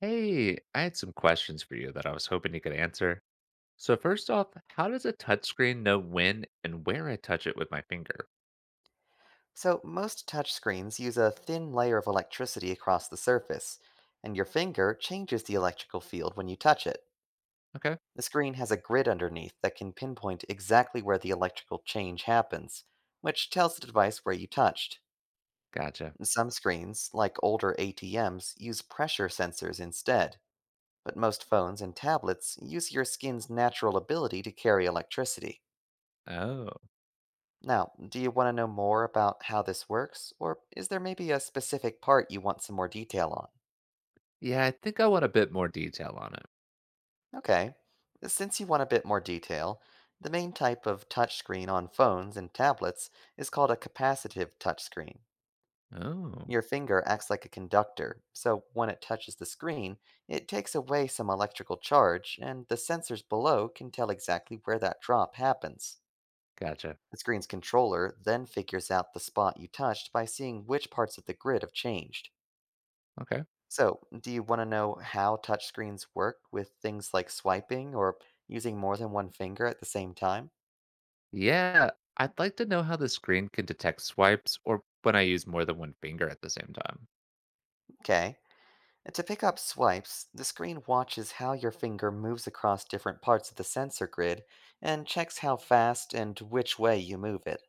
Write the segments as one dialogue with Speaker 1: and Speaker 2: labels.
Speaker 1: Hey, I had some questions for you that I was hoping you could answer. So first off, how does a touchscreen know when and where I touch it with my finger?
Speaker 2: So, most touchscreens use a thin layer of electricity across the surface, and your finger changes the electrical field when you touch it.
Speaker 1: Okay,
Speaker 2: The screen has a grid underneath that can pinpoint exactly where the electrical change happens, which tells the device where you touched.
Speaker 1: gotcha.
Speaker 2: Some screens, like older ATMs, use pressure sensors instead, but most phones and tablets use your skin's natural ability to carry electricity.
Speaker 1: Oh,
Speaker 2: Now, do you want to know more about how this works, or is there maybe a specific part you want some more detail on?
Speaker 1: yeah, I think I want a bit more detail on it.
Speaker 2: Okay, since you want a bit more detail, the main type of touchscreen on phones and tablets is called a capacitive touchscreen.
Speaker 1: Oh,
Speaker 2: Your finger acts like a conductor, so when it touches the screen, it takes away some electrical charge, and the sensors below can tell exactly where that drop happens.
Speaker 1: gotcha.
Speaker 2: The screen's controller then figures out the spot you touched by seeing which parts of the grid have changed.
Speaker 1: Okay.
Speaker 2: So, do you want to know how touchscreens work with things like swiping or using more than one finger at the same time?
Speaker 1: Yeah, I'd like to know how the screen can detect swipes or when I use more than one finger at the same time.
Speaker 2: Okay. To pick up swipes, the screen watches how your finger moves across different parts of the sensor grid and checks how fast and which way you move it.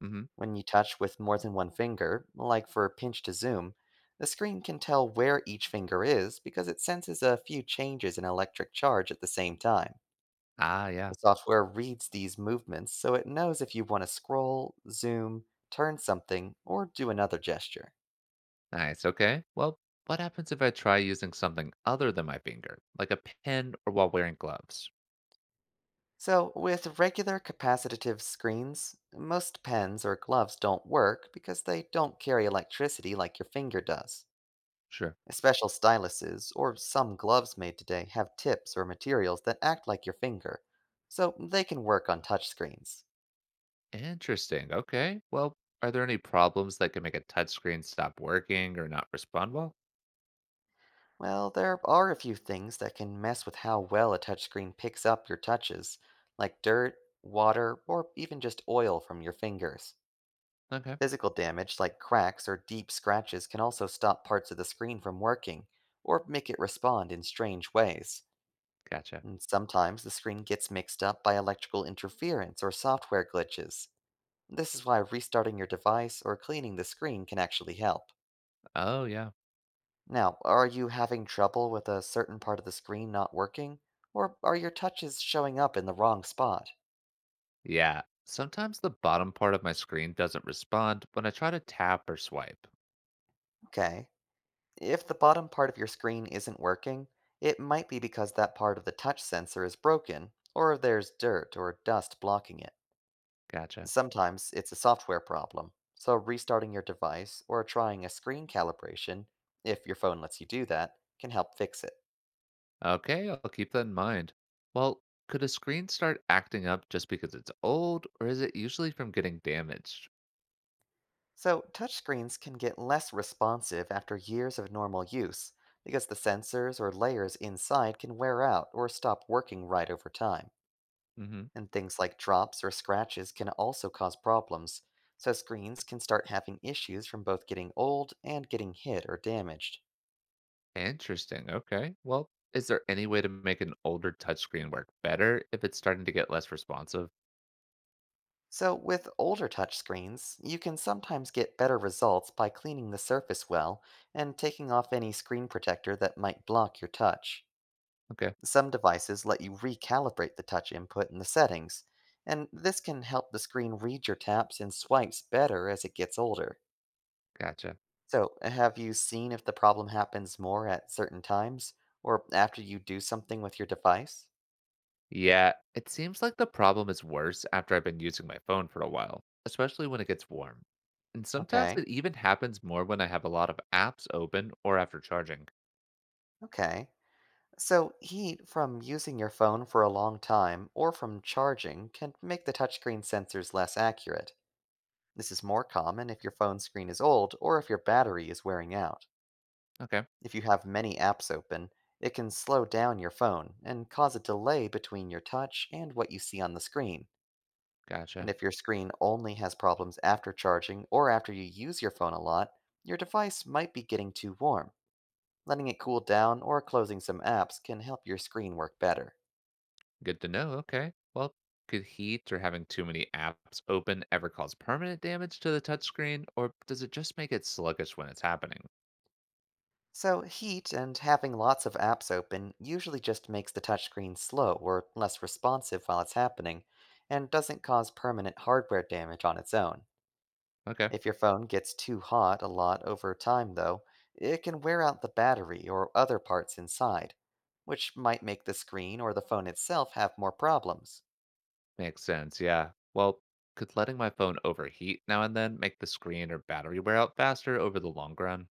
Speaker 1: Hmm.
Speaker 2: When you touch with more than one finger, like for pinch to zoom, the screen can tell where each finger is because it senses a few changes in electric charge at the same time.
Speaker 1: Ah,
Speaker 2: The
Speaker 1: yeah.
Speaker 2: software reads these movements so it knows if you want to scroll, zoom, turn something, or do another gesture.
Speaker 1: Nice. Okay. Well, what happens if I try using something other than my finger, like a pen or while wearing gloves?
Speaker 2: So, with regular capacitive screens, most pens or gloves don't work because they don't carry electricity like your finger does.
Speaker 1: Sure.
Speaker 2: Special styluses or some gloves made today have tips or materials that act like your finger, so they can work on touchscreens.
Speaker 1: Interesting. Okay. Well, are there any problems that can make a touchscreen stop working or not respond well?
Speaker 2: Well, there are a few things that can mess with how well a touchscreen picks up your touches, like dirt, water, or even just oil from your fingers.
Speaker 1: Okay.
Speaker 2: Physical damage, like cracks or deep scratches, can also stop parts of the screen from working, or make it respond in strange ways.
Speaker 1: Gotcha.
Speaker 2: And sometimes the screen gets mixed up by electrical interference or software glitches. This is why restarting your device or cleaning the screen can actually help.
Speaker 1: Oh, yeah.
Speaker 2: Now, are you having trouble with a certain part of the screen not working? Or are your touches showing up in the wrong spot?
Speaker 1: Yeah. Sometimes the bottom part of my screen doesn't respond when I try to tap or swipe.
Speaker 2: Okay. If the bottom part of your screen isn't working, it might be because that part of the touch sensor is broken, or there's dirt or dust blocking it.
Speaker 1: Gotcha.
Speaker 2: Sometimes it's a software problem, so restarting your device or trying a screen calibration, if your phone lets you do that, can help fix it.
Speaker 1: Okay. I'll keep that in mind. Well, could a screen start acting up just because it's old, or is it usually from getting damaged?
Speaker 2: So, touchscreens can get less responsive after years of normal use because the sensors or layers inside can wear out or stop working right over time.
Speaker 1: Hmm.
Speaker 2: And things like drops or scratches can also cause problems, so screens can start having issues from both getting old and getting hit or damaged.
Speaker 1: Interesting. Okay. Well, is there any way to make an older touchscreen work better if it's starting to get less responsive?
Speaker 2: So, with older touchscreens, you can sometimes get better results by cleaning the surface well and taking off any screen protector that might block your touch.
Speaker 1: Okay.
Speaker 2: Some devices let you recalibrate the touch input in the settings, and this can help the screen read your taps and swipes better as it gets older.
Speaker 1: Gotcha.
Speaker 2: So, have you seen if the problem happens more at certain times or after you do something with your device?
Speaker 1: Yeah, it seems like the problem is worse after I've been using my phone for a while, especially when it gets warm. And sometimes
Speaker 2: Okay,
Speaker 1: it even happens more when I have a lot of apps open or after charging.
Speaker 2: okay. So, heat from using your phone for a long time or from charging can make the touchscreen sensors less accurate. This is more common if your phone screen is old or if your battery is wearing out.
Speaker 1: Okay,
Speaker 2: If you have many apps open, it can slow down your phone and cause a delay between your touch and what you see on the screen. And
Speaker 1: gotcha.
Speaker 2: if your screen only has problems after charging or after you use your phone a lot, your device might be getting too warm. Letting it cool down or closing some apps can help your screen work better.
Speaker 1: Good to know. Okay. Well, could heat or having too many apps open ever cause permanent damage to the touchscreen, or does it just make it sluggish when it's happening?
Speaker 2: So, heat and having lots of apps open usually just makes the touchscreen slow or less responsive while it's happening, and doesn't cause permanent hardware damage on its own.
Speaker 1: Okay,
Speaker 2: If your phone gets too hot a lot over time, though, it can wear out the battery or other parts inside, which might make the screen or the phone itself have more problems.
Speaker 1: makes sense. Yeah. Well, could letting my phone overheat now and then make the screen or battery wear out faster over the long run?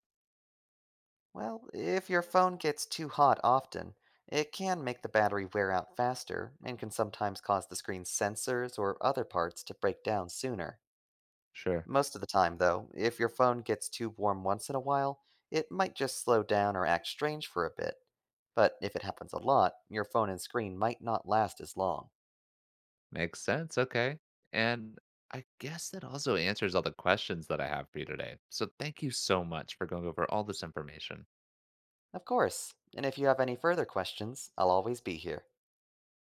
Speaker 2: Well, if your phone gets too hot often, it can make the battery wear out faster and can sometimes cause the screen's sensors or other parts to break down sooner.
Speaker 1: Sure.
Speaker 2: Most of the time, though, if your phone gets too warm once in a while, it might just slow down or act strange for a bit. But if it happens a lot, your phone and screen might not last as long.
Speaker 1: Makes sense. Okay. And I guess that also answers all the questions that I have for you today. So thank you so much for going over all this information.
Speaker 2: Of course, and if you have any further questions, I'll always be here.